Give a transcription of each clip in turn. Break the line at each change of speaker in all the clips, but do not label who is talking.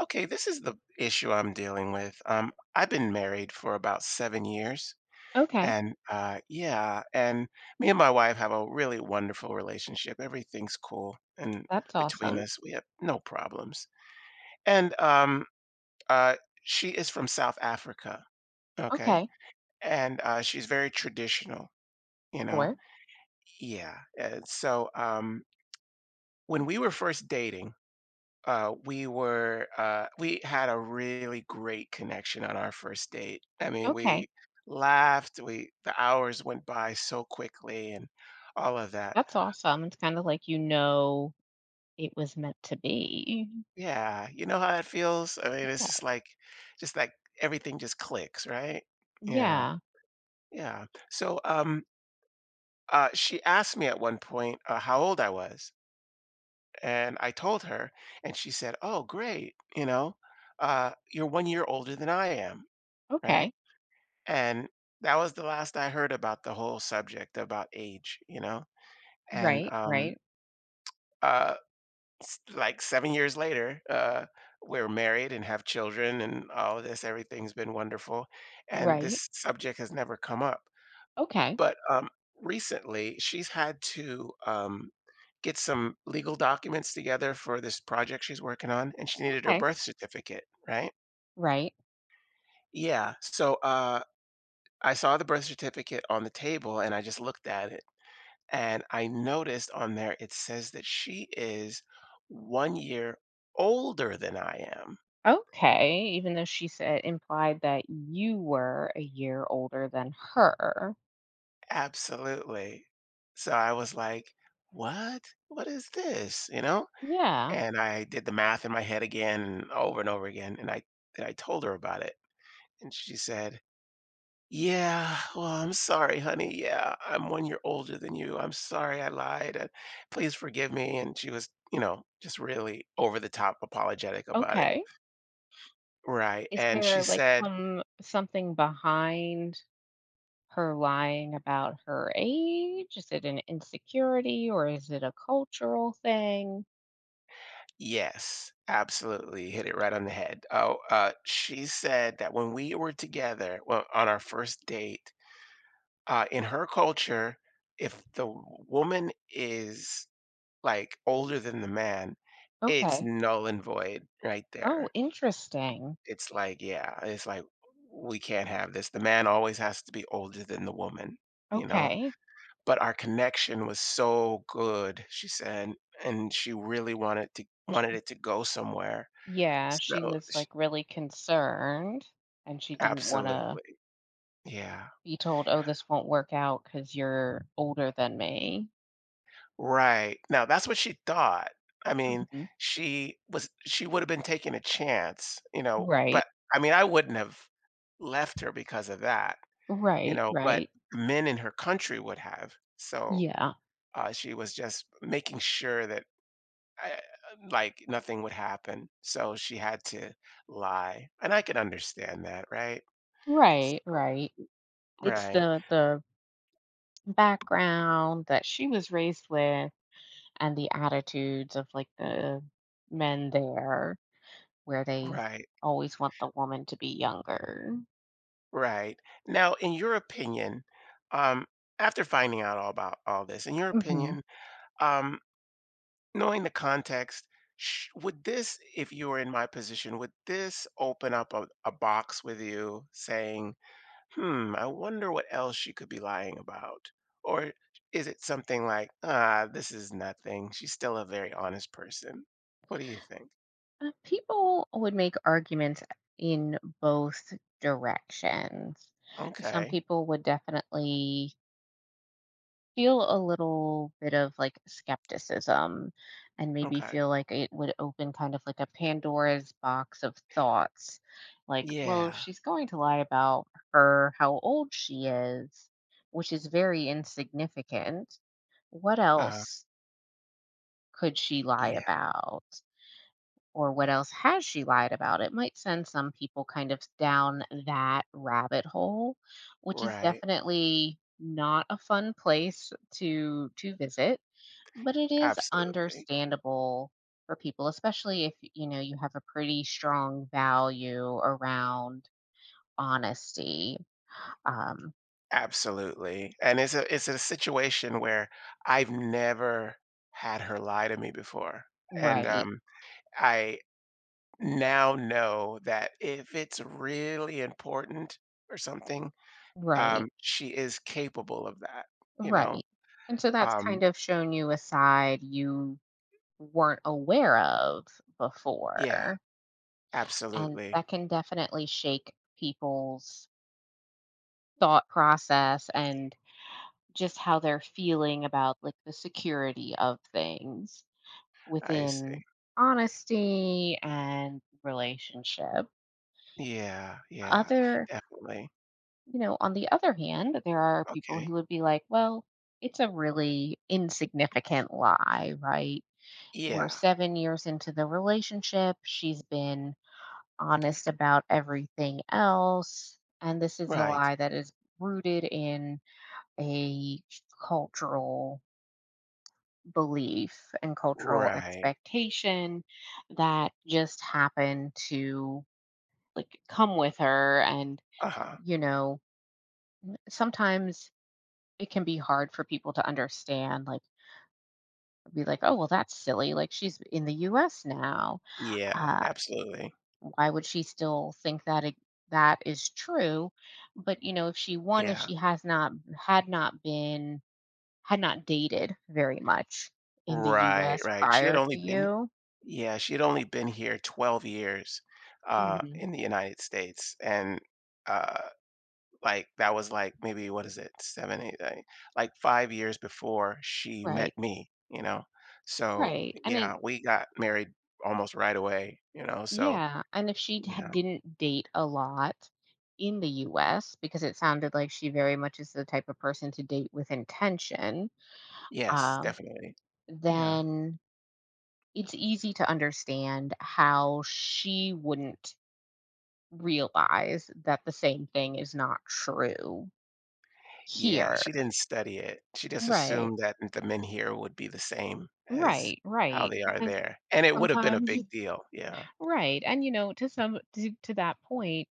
Okay, this is the issue I'm dealing with. I've been married for about 7 years,
Okay,
and yeah, and me and my wife have a really wonderful relationship. Everything's cool, and
that's
between
awesome.
us, we have no problems. And uh, she is from South Africa, okay,
Okay,
and she's very traditional, you know.
sure.
Yeah, and so when we were first dating. We had a really great connection on our first date. I mean, we
Okay,
laughed, the hours went by so quickly and all of that.
that's awesome. It's kind of like, you know, it was meant to be.
Yeah, you know how it feels? I mean, it's just
That-
like, just like everything just clicks, right? Yeah,
Yeah.
yeah. So, she asked me at one point how old I was, and I told her, and she said, "Oh, great, you know, you're 1 year older than I am, right?"
Okay.
And that was the last I heard about the whole subject about age, you know? And,
Right. Right.
uh, like 7 years later, we're married and have children and all of this, everything's been wonderful, and
Right.
this subject has never come up.
Okay.
But, recently, she's had to, get some legal documents together for this project she's working on, and she needed her
Okay.
birth certificate, right?
Right.
Yeah, so, I saw the birth certificate on the table, and I just looked at it. And I noticed on there it says that she is 1 year older than I am.
Okay. Even though she said implied that you were a year older than her.
Absolutely. So I was like, what? What is this? You know?
Yeah.
And I did the math in my head again and over again. And I told her about it. And she said, "Yeah, well, I'm sorry, honey. Yeah, I'm 1 year older than you. I'm sorry I lied. Please forgive me." And she was just really over the top apologetic about it.
Okay.
Right,
Is
and she
there like
said,
some something behind her lying about her age? Is it an insecurity or is it a cultural thing?
"Yes, absolutely, hit it right on the head." Oh, she said that when we were together, well, on our first date, in her culture, if the woman is, like, older than the man, it's
Okay.
null and void right
Oh,
there.
interesting.
It's like, yeah, it's like, "We can't have this." The man always has to be older than the woman, you know?
Okay.
But our connection was so good, she said, and she really wanted it to go somewhere.
Yeah,
So
she was
sh
like really concerned and she didn't want to
Absolutely. Yeah.
be told, oh, this won't work out because you're older than me.
Right. Now that's what she thought. I mean,
Mhm.
she would have been taking a chance,
Right.
but I mean, I wouldn't have left her because of that, you
Right.
know, but
Right.
men in her country would have. So,
Yeah.
she was just making sure that I like, nothing would happen, so she had to lie, and I could understand that, right? S
Right. Right. It's
Right,
the background that she was raised with and the attitudes of like the men there, where they
right,
always want the woman to be younger.
right. Now, in your opinion, um, after finding out all about all this, in your
hmm
opinion, um, knowing the context, sh would this if you were in my position, would this open up a box with you saying, I wonder what else she could be lying about. Or is it something like, ah, this is nothing. She's still a very honest person. What do you think?
People would make arguments in both directions. Some
Okay.
people would definitely feel a little bit of like skepticism and maybe
Okay.
feel like it would open kind of like a Pandora's box of thoughts. Like, well, if
Yeah.
she's going to lie about her, how old she is, which is very insignificant, what
Uh,
else could she lie
yeah.
about? Or what else has she lied about? It might send some people kind of down that rabbit hole, which is
Right.
definitely not a fun place to visit, but it is
Absolutely.
understandable for people, especially if, you know, you have a pretty strong value around honesty. Um,
Absolutely. And it's a situation where I've never had her lie to me before. And
right,
I now know that if it's really important or something,
right,
She is capable of that, you know?
right. And so that's
Um,
kind of shown you a side you weren't aware of
yeah,
before. And
absolutely.
that can definitely shake people's thought process and just how they're feeling about like the security of things
I
within
see.
honesty and relationship.
Yeah, yeah,
Other,
definitely.
you know, on the other hand, there are people
Okay.
who would be like, well, it's a really insignificant lie, right? We're
Yeah,
7 years into the relationship. She's been honest about everything else. And this is a
right,
lie that is rooted in a cultural belief and cultural
right.
expectation that just happened to like come with her. And
Uh-huh.
you know, sometimes it can be hard for people to understand, like be like, oh well, that's silly, like she's in the US now.
Yeah,
uh,
absolutely.
why would she still think that that is true? But you know, if she one if
Yeah,
she has not had not been had not dated very much in the
right,
US
right. She had
prior to
only been
you.
Yeah, she had only been here 12 years
Mhm.
in the United States, and uh, like, that was, like, maybe what is it? 7, 8, 9, like, 5 years before she met
Right,
me, you know? So,
right. And it,
yeah, we got married almost right away, you know? So,
yeah, and if she had
yeah.
didn't date a lot in the US, because it sounded like she very much is the type of person to date with intention,
Yes,
um,
definitely. Yeah.
then it's easy to understand how she wouldn't realize that the same thing is not true
Yeah,
here.
she didn't study it. She just
Right.
assumed that the men here would be the same as
Right,
how
right,
they are
because
there, and it would have been a
sometimes
big deal. Yeah.
right. And, you know, to some to that point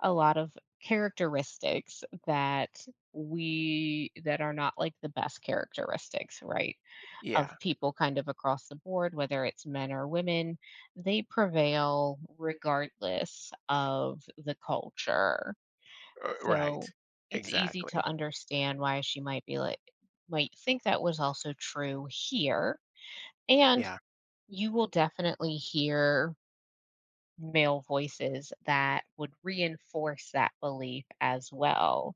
a lot of characteristics that we that are not like the best characteristics, right?
Yeah.
Of people kind of across the board, whether it's men or women, they prevail regardless of the culture.
R
So
right.
it's easy
Exactly.
to understand why she might be like might think that was also true here. And
Yeah.
you will definitely hear male voices that would reinforce that belief as well,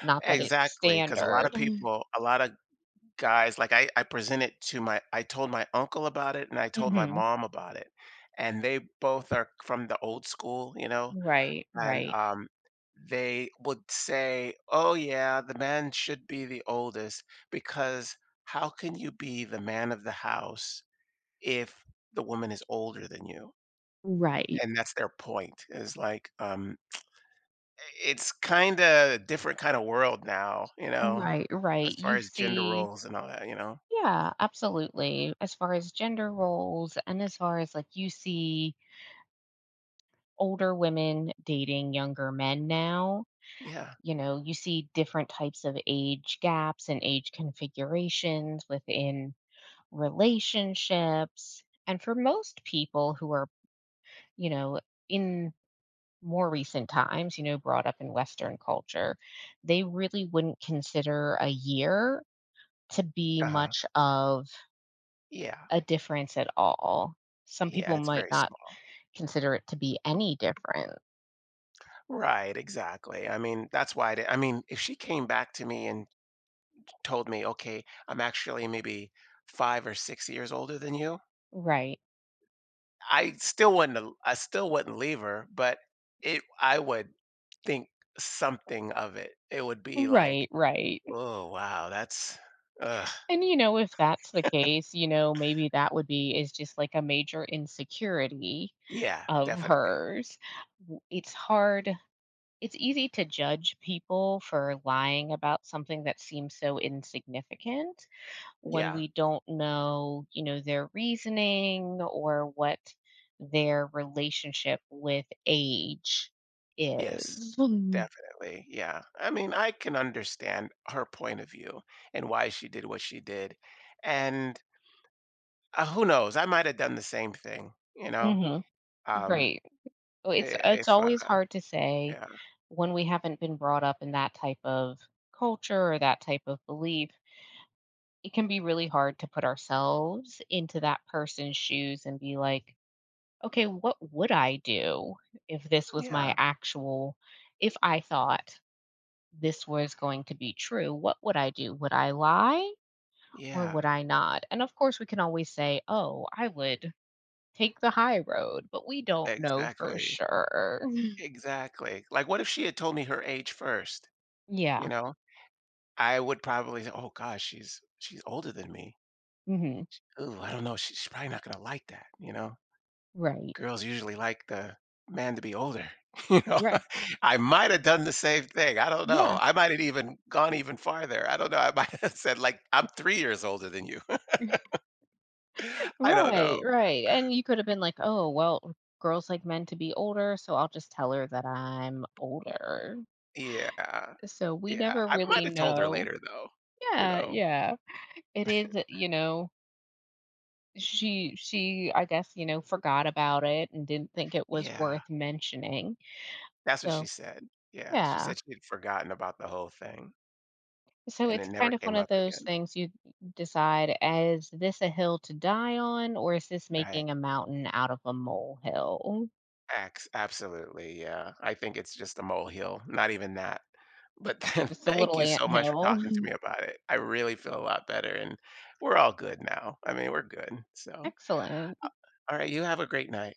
not that it's
Exactly, because a lot
standard.
of guys, like, I told my uncle about it and I told my
Mhm.
mom about it, and they both are from the old school, you know,
Right,
and,
right.
they would say, "Oh, yeah, the man should be the oldest because how can you be the man of the house if the woman is older than you?"
Right,
And that's their point is like, it's kinda a different kinda world now, you know,
right, right.
as far
You
as gender
see,
roles and all that, you know?
yeah, absolutely. As far as gender roles and as far as, like, you see older women dating younger men now,
Yeah.
you know, you see different types of age gaps and age configurations within relationships, and for most people who are, you know, in more recent times, you know, brought up in Western culture, they really wouldn't consider a year to be
Uh-huh.
much of
Yeah.
a difference at all. Some
Yeah,
people
it's
might
very
not
small.
consider it to be any different.
Right, exactly. I mean, that's why I mean, if she came back to me and told me, "Okay, I'm actually maybe 5 or 6 years older than you,"
Right.
I still wouldn't leave her, but it I would think something of it. It would be like,
Right, right.
"Oh, wow, that's" ugh.
And, you know, if that's the case, you know, maybe that would be is just like a major insecurity
Yeah,
of
definitely.
hers. It's hard. It's easy to judge people for lying about something that seems so insignificant when
Yeah.
we don't know, you know, their reasoning or what their relationship with age
Yes,
is. Mhm.
definitely, yeah. I mean, I can understand her point of view and why she did what she did, and, who knows? I might have done the same thing, you know?
Mhm.
Um,
Right. Oh,
I
It's
if,
it's always hard to say
Yeah.
when we haven't been brought up in that type of culture or that type of belief. It can be really hard to put ourselves into that person's shoes and be like, okay, what would I do if this was my
Yeah,
actual if I thought this was going to be true, what would I do? Would I lie or
yeah,
would I not? And of course, we can always say, oh, I would take the high road, but we don't know for
exactly,
sure.
exactly. Like, what if she had told me her age first, you
Yeah.
know? I would probably say, "Oh gosh, she's older than me."
hmm
Ooh, I don't know. She's probably not gonna like that.
Right.
Girls usually like the man to be older, you know.
Right.
I might have done the same thing. I don't know.
Yeah.
I might have even gone even farther. I don't know. I might have said like, "I'm 3 years older than you." I don't
Right.
know.
Right. And you could have been like, oh, well, girls like men to be older. So I'll just tell her that I'm older.
Yeah,
So we
yeah.
never
I might
really
have told her
know.
later though, you
Yeah.
know.
Yeah. It is, you know, I guess, you know, forgot about it and didn't think it was
Yeah,
worth mentioning.
that's what she
So,
said. Yeah, she
yeah.
said she'd forgotten about the whole thing,
So
and it
it's
never
kind of
came
one of
up
those
again.
things you decide, is this a hill to die on, or is this
Right.
making a mountain out of a molehill?
Ax Absolutely. Yeah. I think it's just a molehill. Not even that. But
Just a
thank
little
you
ant
so much for
hill.
talking to me about it. I really feel a lot better, and we're all good now. I mean, we're good. So,
Excellent.
all right, you have a great night.